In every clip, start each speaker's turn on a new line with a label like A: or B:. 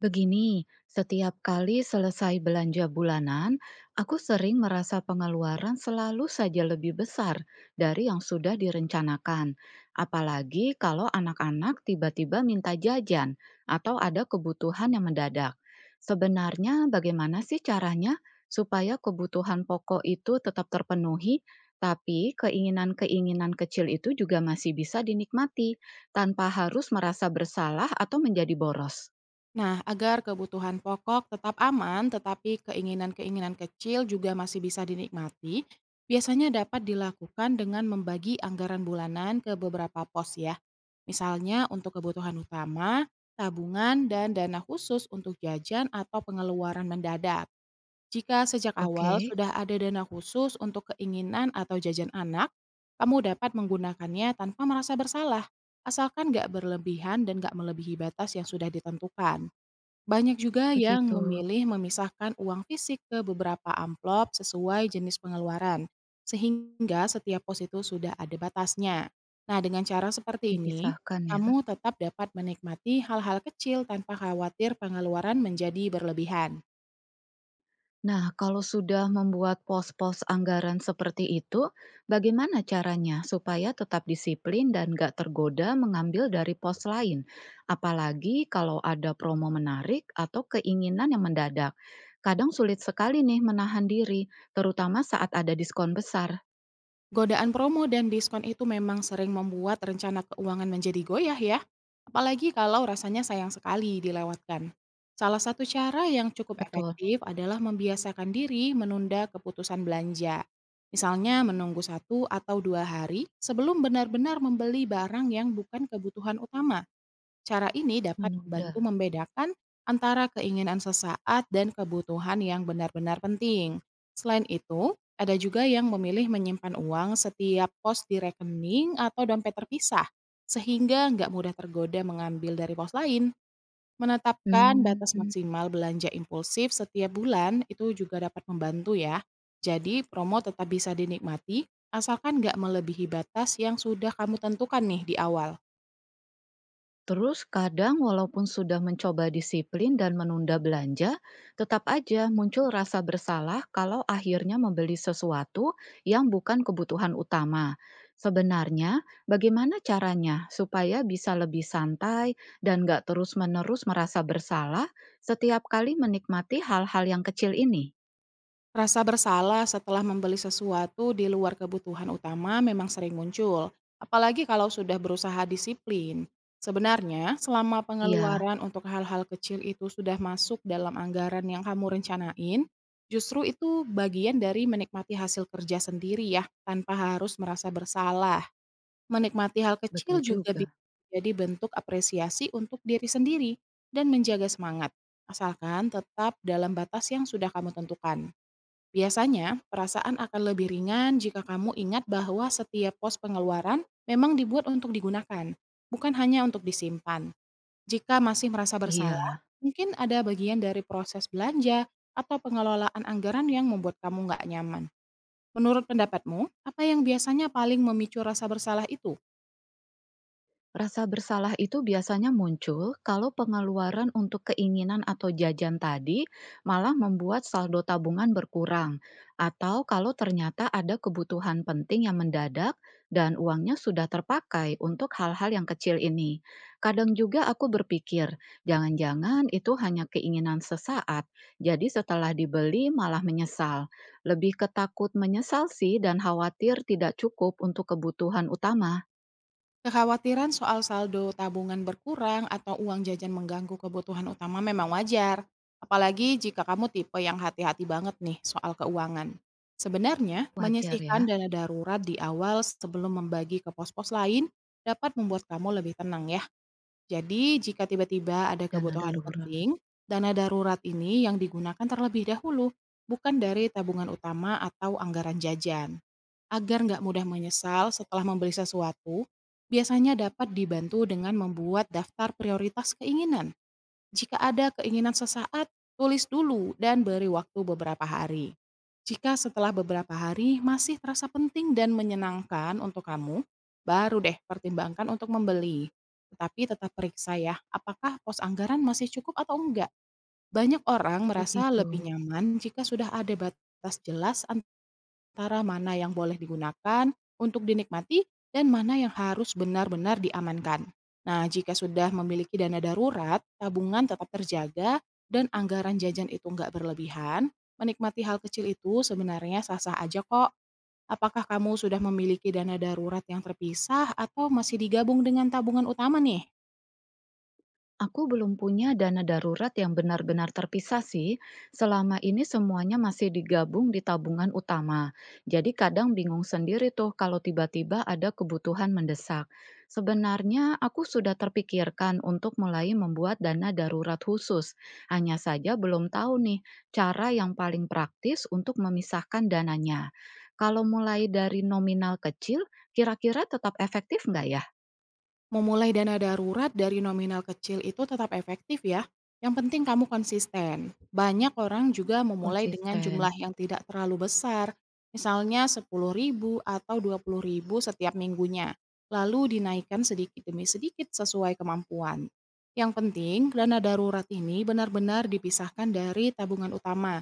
A: Begini, setiap kali selesai belanja bulanan, aku sering merasa pengeluaran selalu saja lebih besar dari yang sudah direncanakan. Apalagi kalau anak-anak tiba-tiba minta jajan atau ada kebutuhan yang mendadak. Sebenarnya, bagaimana sih caranya supaya kebutuhan pokok itu tetap terpenuhi, tapi keinginan-keinginan kecil itu juga masih bisa dinikmati tanpa harus merasa bersalah atau menjadi boros?
B: Nah, agar kebutuhan pokok tetap aman, tetapi keinginan-keinginan kecil juga masih bisa dinikmati, biasanya dapat dilakukan dengan membagi anggaran bulanan ke beberapa pos ya. Misalnya untuk kebutuhan utama, tabungan, dan dana khusus untuk jajan atau pengeluaran mendadak. Jika sejak
A: Oke,
B: awal sudah ada dana khusus untuk keinginan atau jajan anak, kamu dapat menggunakannya tanpa merasa bersalah, asalkan nggak berlebihan dan nggak melebihi batas yang sudah ditentukan. Banyak juga yang
A: begitu,
B: memilih memisahkan uang fisik ke beberapa amplop sesuai jenis pengeluaran, sehingga setiap pos itu sudah ada batasnya. Nah, dengan cara seperti ini,
A: dipisahkan ya.
B: kamu tetap dapat menikmati hal-hal kecil tanpa khawatir pengeluaran menjadi berlebihan.
A: Nah, kalau sudah membuat pos-pos anggaran seperti itu, bagaimana caranya supaya tetap disiplin dan gak tergoda mengambil dari pos lain? Apalagi kalau ada promo menarik atau keinginan yang mendadak. Kadang sulit sekali nih menahan diri, terutama saat ada diskon besar.
B: Godaan promo dan diskon itu memang sering membuat rencana keuangan menjadi goyah ya, apalagi kalau rasanya sayang sekali dilewatkan. Salah satu cara yang cukup
A: Betul,
B: efektif adalah membiasakan diri menunda keputusan belanja. Misalnya menunggu satu atau dua hari sebelum benar-benar membeli barang yang bukan kebutuhan utama. Cara ini dapat membantu
A: menunda.
B: membedakan antara keinginan sesaat dan kebutuhan yang benar-benar penting. Selain itu, ada juga yang memilih menyimpan uang setiap pos di rekening atau dompet terpisah, sehingga nggak mudah tergoda mengambil dari pos lain. Menetapkan batas
A: Hmm.
B: maksimal belanja impulsif setiap bulan itu juga dapat membantu ya. Jadi promo tetap bisa dinikmati, asalkan nggak melebihi batas yang sudah kamu tentukan nih di awal.
A: Terus kadang walaupun sudah mencoba disiplin dan menunda belanja, tetap aja muncul rasa bersalah kalau akhirnya membeli sesuatu yang bukan kebutuhan utama. Sebenarnya, bagaimana caranya supaya bisa lebih santai dan nggak terus-menerus merasa bersalah setiap kali menikmati hal-hal yang kecil ini?
B: Rasa bersalah setelah membeli sesuatu di luar kebutuhan utama memang sering muncul, apalagi kalau sudah berusaha disiplin. Sebenarnya, selama
A: Iya,
B: pengeluaran untuk hal-hal kecil itu sudah masuk dalam anggaran yang kamu rencanain, justru itu bagian dari menikmati hasil kerja sendiri ya, tanpa harus merasa bersalah. Menikmati hal
A: betul
B: kecil juga bisa
A: juga.
B: jadi bentuk apresiasi untuk diri sendiri dan menjaga semangat, asalkan tetap dalam batas yang sudah kamu tentukan. Biasanya, perasaan akan lebih ringan jika kamu ingat bahwa setiap pos pengeluaran memang dibuat untuk digunakan, bukan hanya untuk disimpan. Jika masih merasa bersalah,
A: Iya.
B: mungkin ada bagian dari proses belanja atau pengelolaan anggaran yang membuat kamu nggak nyaman. Menurut pendapatmu, apa yang biasanya paling memicu rasa bersalah itu?
A: Rasa bersalah itu biasanya muncul kalau pengeluaran untuk keinginan atau jajan tadi malah membuat saldo tabungan berkurang, atau kalau ternyata ada kebutuhan penting yang mendadak dan uangnya sudah terpakai untuk hal-hal yang kecil ini. Kadang juga aku berpikir, jangan-jangan itu hanya keinginan sesaat, jadi setelah dibeli malah menyesal. Lebih ketakut menyesal sih dan khawatir tidak cukup untuk kebutuhan utama.
B: Kekhawatiran soal saldo tabungan berkurang atau uang jajan mengganggu kebutuhan utama memang wajar, apalagi jika kamu tipe yang hati-hati banget nih soal keuangan. Sebenarnya,
A: Wajar
B: menyisihkan
A: ya.
B: dana darurat di awal sebelum membagi ke pos-pos lain dapat membuat kamu lebih tenang ya. Jadi, jika tiba-tiba ada
A: Dana
B: kebutuhan
A: darurat,
B: penting, dana darurat ini yang digunakan terlebih dahulu, bukan dari tabungan utama atau anggaran jajan. Agar nggak mudah menyesal setelah membeli sesuatu, biasanya dapat dibantu dengan membuat daftar prioritas keinginan. Jika ada keinginan sesaat, tulis dulu dan beri waktu beberapa hari. Jika setelah beberapa hari masih terasa penting dan menyenangkan untuk kamu, baru deh pertimbangkan untuk membeli. Tetapi tetap periksa ya, apakah pos anggaran masih cukup atau enggak. Banyak orang merasa
A: begitu.
B: lebih nyaman jika sudah ada batas jelas. Cara mana yang boleh digunakan untuk dinikmati dan mana yang harus benar-benar diamankan. Nah, jika sudah memiliki dana darurat, tabungan tetap terjaga dan anggaran jajan itu nggak berlebihan, menikmati hal kecil itu sebenarnya sah-sah aja kok. Apakah kamu sudah memiliki dana darurat yang terpisah atau masih digabung dengan tabungan utama nih?
A: Aku belum punya dana darurat yang benar-benar terpisah sih. Selama ini semuanya masih digabung di tabungan utama. Jadi kadang bingung sendiri tuh kalau tiba-tiba ada kebutuhan mendesak. Sebenarnya aku sudah terpikirkan untuk mulai membuat dana darurat khusus. Hanya saja belum tahu nih cara yang paling praktis untuk memisahkan dananya. Kalau mulai dari nominal kecil, kira-kira tetap efektif nggak ya?
B: Memulai dana darurat dari nominal kecil itu tetap efektif ya. Yang penting kamu konsisten. Banyak orang juga memulai dengan jumlah
A: Konsisten.
B: yang tidak terlalu besar, misalnya 10 ribu atau 20 ribu setiap minggunya, lalu dinaikkan sedikit demi sedikit sesuai kemampuan. Yang penting, dana darurat ini benar-benar dipisahkan dari tabungan utama,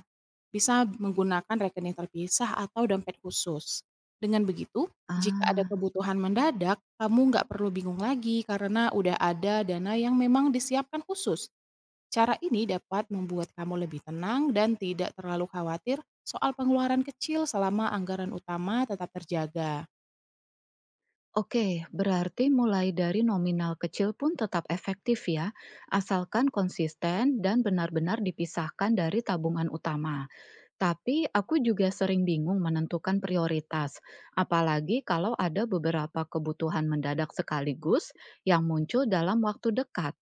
B: bisa menggunakan rekening terpisah atau dompet khusus. Dengan begitu, jika ada
A: Ah,
B: kebutuhan mendadak, kamu nggak perlu bingung lagi karena udah ada dana yang memang disiapkan khusus. Cara ini dapat membuat kamu lebih tenang dan tidak terlalu khawatir soal pengeluaran kecil selama anggaran utama tetap terjaga.
A: oke. Berarti mulai dari nominal kecil pun tetap efektif ya, asalkan konsisten dan benar-benar dipisahkan dari tabungan utama. Tapi aku juga sering bingung menentukan prioritas, apalagi kalau ada beberapa kebutuhan mendadak sekaligus yang muncul dalam waktu dekat.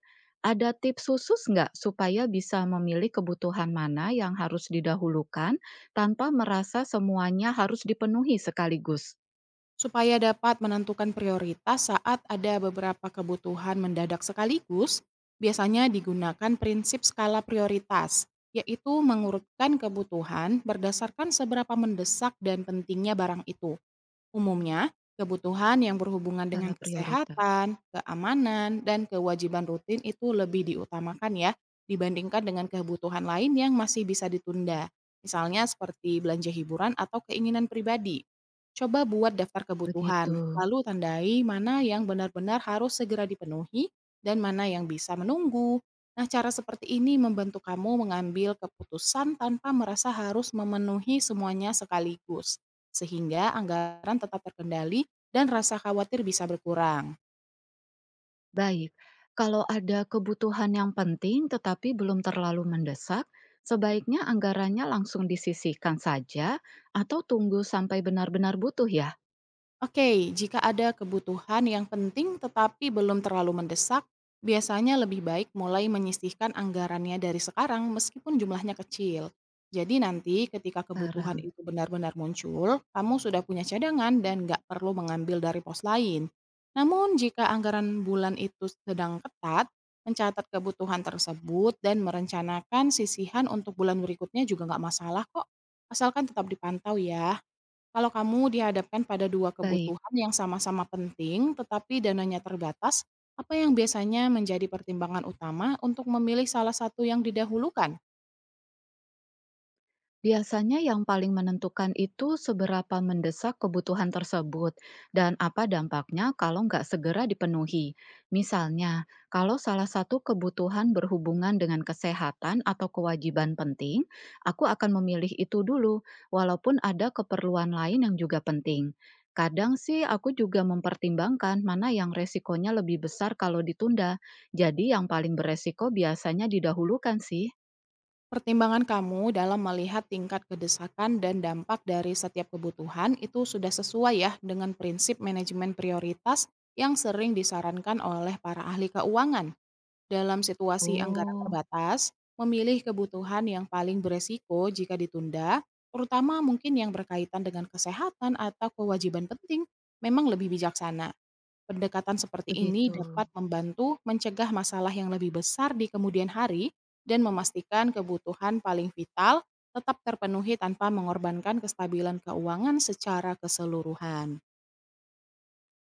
A: Ada tips khusus nggak supaya bisa memilih kebutuhan mana yang harus didahulukan tanpa merasa semuanya harus dipenuhi sekaligus?
B: Supaya dapat menentukan prioritas saat ada beberapa kebutuhan mendadak sekaligus, biasanya digunakan prinsip skala prioritas, yaitu mengurutkan kebutuhan berdasarkan seberapa mendesak dan pentingnya barang itu. Umumnya, kebutuhan yang berhubungan dengan
A: Skala prioritas,
B: kesehatan, keamanan, dan kewajiban rutin itu lebih diutamakan ya dibandingkan dengan kebutuhan lain yang masih bisa ditunda. Misalnya seperti belanja hiburan atau keinginan pribadi. Coba buat daftar kebutuhan,
A: begitu.
B: lalu tandai mana yang benar-benar harus segera dipenuhi dan mana yang bisa menunggu. Nah, cara seperti ini membantu kamu mengambil keputusan tanpa merasa harus memenuhi semuanya sekaligus sehingga anggaran tetap terkendali dan rasa khawatir bisa berkurang.
A: Baik, kalau ada kebutuhan yang penting tetapi belum terlalu mendesak, sebaiknya anggarannya langsung disisihkan saja atau tunggu sampai benar-benar butuh ya
B: Oke, jika ada kebutuhan yang penting tetapi belum terlalu mendesak, biasanya lebih baik mulai menyisihkan anggarannya dari sekarang meskipun jumlahnya kecil. Jadi nanti ketika
A: sekarang?
B: kebutuhan itu benar-benar muncul, kamu sudah punya cadangan dan nggak perlu mengambil dari pos lain. Namun jika anggaran bulan itu sedang ketat, mencatat kebutuhan tersebut dan merencanakan sisihan untuk bulan berikutnya juga nggak masalah kok, asalkan tetap dipantau ya. Kalau kamu dihadapkan pada dua
A: Baik.
B: kebutuhan yang sama-sama penting, tetapi dananya terbatas, apa yang biasanya menjadi pertimbangan utama untuk memilih salah satu yang didahulukan?
A: Biasanya yang paling menentukan itu seberapa mendesak kebutuhan tersebut dan apa dampaknya kalau nggak segera dipenuhi. Misalnya, kalau salah satu kebutuhan berhubungan dengan kesehatan atau kewajiban penting, aku akan memilih itu dulu, walaupun ada keperluan lain yang juga penting. Kadang sih aku juga mempertimbangkan mana yang resikonya lebih besar kalau ditunda. Jadi yang paling beresiko biasanya didahulukan sih.
B: Pertimbangan kamu dalam melihat tingkat kedesakan dan dampak dari setiap kebutuhan itu sudah sesuai ya dengan prinsip manajemen prioritas yang sering disarankan oleh para ahli keuangan. Dalam situasi anggaran
A: Oh,
B: terbatas, memilih kebutuhan yang paling beresiko jika ditunda, terutama mungkin yang berkaitan dengan kesehatan atau kewajiban penting, memang lebih bijaksana. Pendekatan seperti ini
A: begitu.
B: dapat membantu mencegah masalah yang lebih besar di kemudian hari dan memastikan kebutuhan paling vital tetap terpenuhi tanpa mengorbankan kestabilan keuangan secara keseluruhan.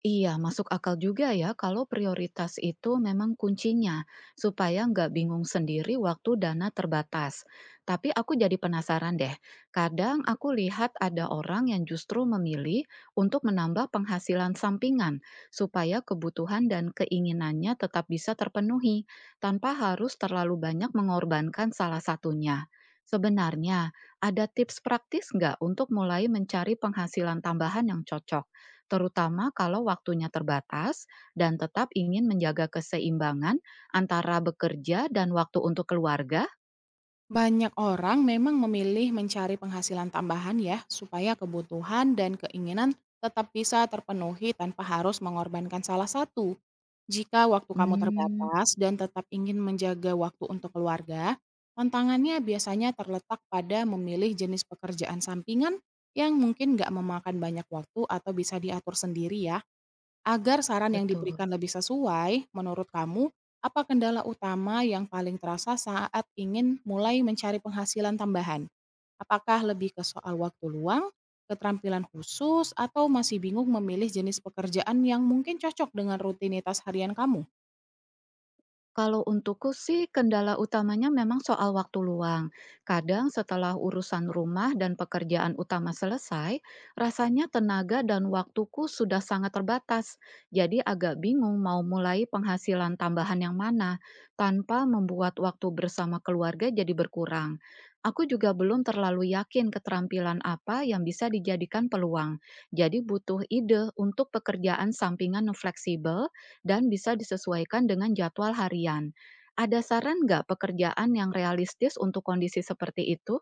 A: Iya, masuk akal juga ya kalau prioritas itu memang kuncinya, supaya nggak bingung sendiri waktu dana terbatas. Tapi aku jadi penasaran deh, kadang aku lihat ada orang yang justru memilih untuk menambah penghasilan sampingan, supaya kebutuhan dan keinginannya tetap bisa terpenuhi, tanpa harus terlalu banyak mengorbankan salah satunya. Sebenarnya, ada tips praktis nggak untuk mulai mencari penghasilan tambahan yang cocok? Terutama kalau waktunya terbatas dan tetap ingin menjaga keseimbangan antara bekerja dan waktu untuk keluarga?
B: Banyak orang memang memilih mencari penghasilan tambahan ya, supaya kebutuhan dan keinginan tetap bisa terpenuhi tanpa harus mengorbankan salah satu. Jika waktu kamu
A: Mmm,
B: terbatas dan tetap ingin menjaga waktu untuk keluarga, tantangannya biasanya terletak pada memilih jenis pekerjaan sampingan yang mungkin nggak memakan banyak waktu atau bisa diatur sendiri ya. Agar saran yang diberikan
A: Betul.
B: lebih sesuai, menurut kamu, apa kendala utama yang paling terasa saat ingin mulai mencari penghasilan tambahan? Apakah lebih ke soal waktu luang, keterampilan khusus, atau masih bingung memilih jenis pekerjaan yang mungkin cocok dengan rutinitas harian kamu?
A: Kalau untukku sih kendala utamanya memang soal waktu luang. Kadang setelah urusan rumah dan pekerjaan utama selesai, rasanya tenaga dan waktuku sudah sangat terbatas. Jadi agak bingung mau mulai penghasilan tambahan yang mana tanpa membuat waktu bersama keluarga jadi berkurang. Aku juga belum terlalu yakin keterampilan apa yang bisa dijadikan peluang. Jadi butuh ide untuk pekerjaan sampingan yang fleksibel dan bisa disesuaikan dengan jadwal harian. Ada saran nggak pekerjaan yang realistis untuk kondisi seperti itu?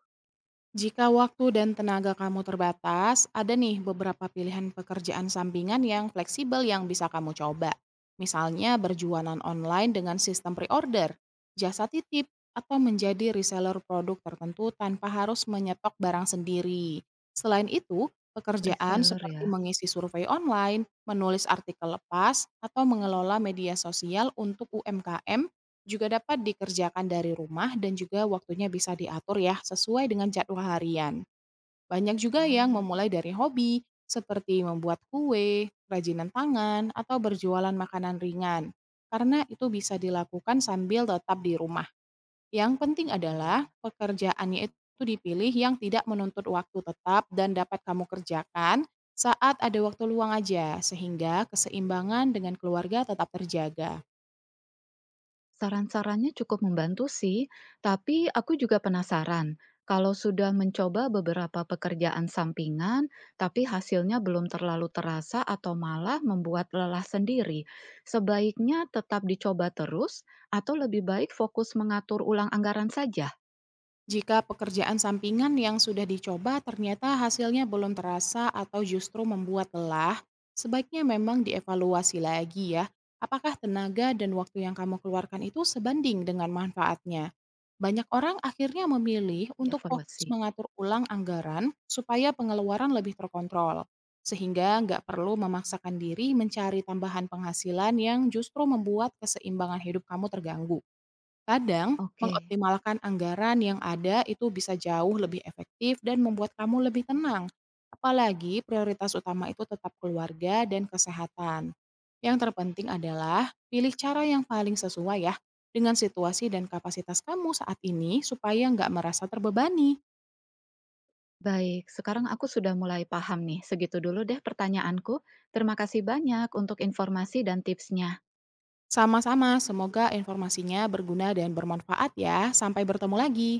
B: Jika waktu dan tenaga kamu terbatas, ada nih beberapa pilihan pekerjaan sampingan yang fleksibel yang bisa kamu coba. Misalnya berjualan online dengan sistem pre-order, jasa titip, atau menjadi reseller produk tertentu tanpa harus menyetok barang sendiri. Selain itu, pekerjaan
A: Reseller
B: seperti
A: ya?
B: mengisi survei online, menulis artikel lepas, atau mengelola media sosial untuk UMKM juga dapat dikerjakan dari rumah dan juga waktunya bisa diatur ya, sesuai dengan jadwal harian. Banyak juga yang
A: Ah,
B: memulai dari hobi, seperti membuat kue, kerajinan tangan, atau berjualan makanan ringan. Karena itu bisa dilakukan sambil tetap di rumah. Yang penting
A: oh
B: adalah
A: iya.
B: pekerjaannya itu dipilih yang tidak menuntut waktu tetap dan dapat kamu kerjakan saat ada waktu luang aja, sehingga keseimbangan dengan keluarga tetap terjaga.
A: Saran-sarannya cukup membantu sih, tapi aku juga penasaran. Kalau sudah mencoba beberapa pekerjaan sampingan, tapi hasilnya belum terlalu terasa atau malah membuat lelah sendiri, sebaiknya tetap dicoba terus atau lebih baik fokus mengatur ulang anggaran saja?
B: Jika pekerjaan sampingan yang sudah dicoba ternyata hasilnya belum terasa atau justru membuat lelah, sebaiknya memang dievaluasi lagi ya. Apakah tenaga dan waktu yang kamu keluarkan itu sebanding dengan manfaatnya? Banyak orang akhirnya memilih untuk fokus
A: Dievaluasi.
B: mengatur ulang anggaran supaya pengeluaran lebih terkontrol. Sehingga nggak perlu memaksakan diri mencari tambahan penghasilan yang justru membuat keseimbangan hidup kamu terganggu. Kadang,
A: Oke.
B: mengoptimalkan anggaran yang ada itu bisa jauh lebih efektif dan membuat kamu lebih tenang. Apalagi prioritas utama itu tetap keluarga dan kesehatan. Yang terpenting adalah pilih cara yang paling sesuai ya dengan situasi dan kapasitas kamu saat ini supaya nggak merasa terbebani.
A: Baik, sekarang aku sudah mulai paham nih. Segitu dulu deh pertanyaanku. Terima kasih banyak untuk informasi dan tipsnya.
B: Sama-sama, semoga informasinya berguna dan bermanfaat ya. Sampai bertemu lagi.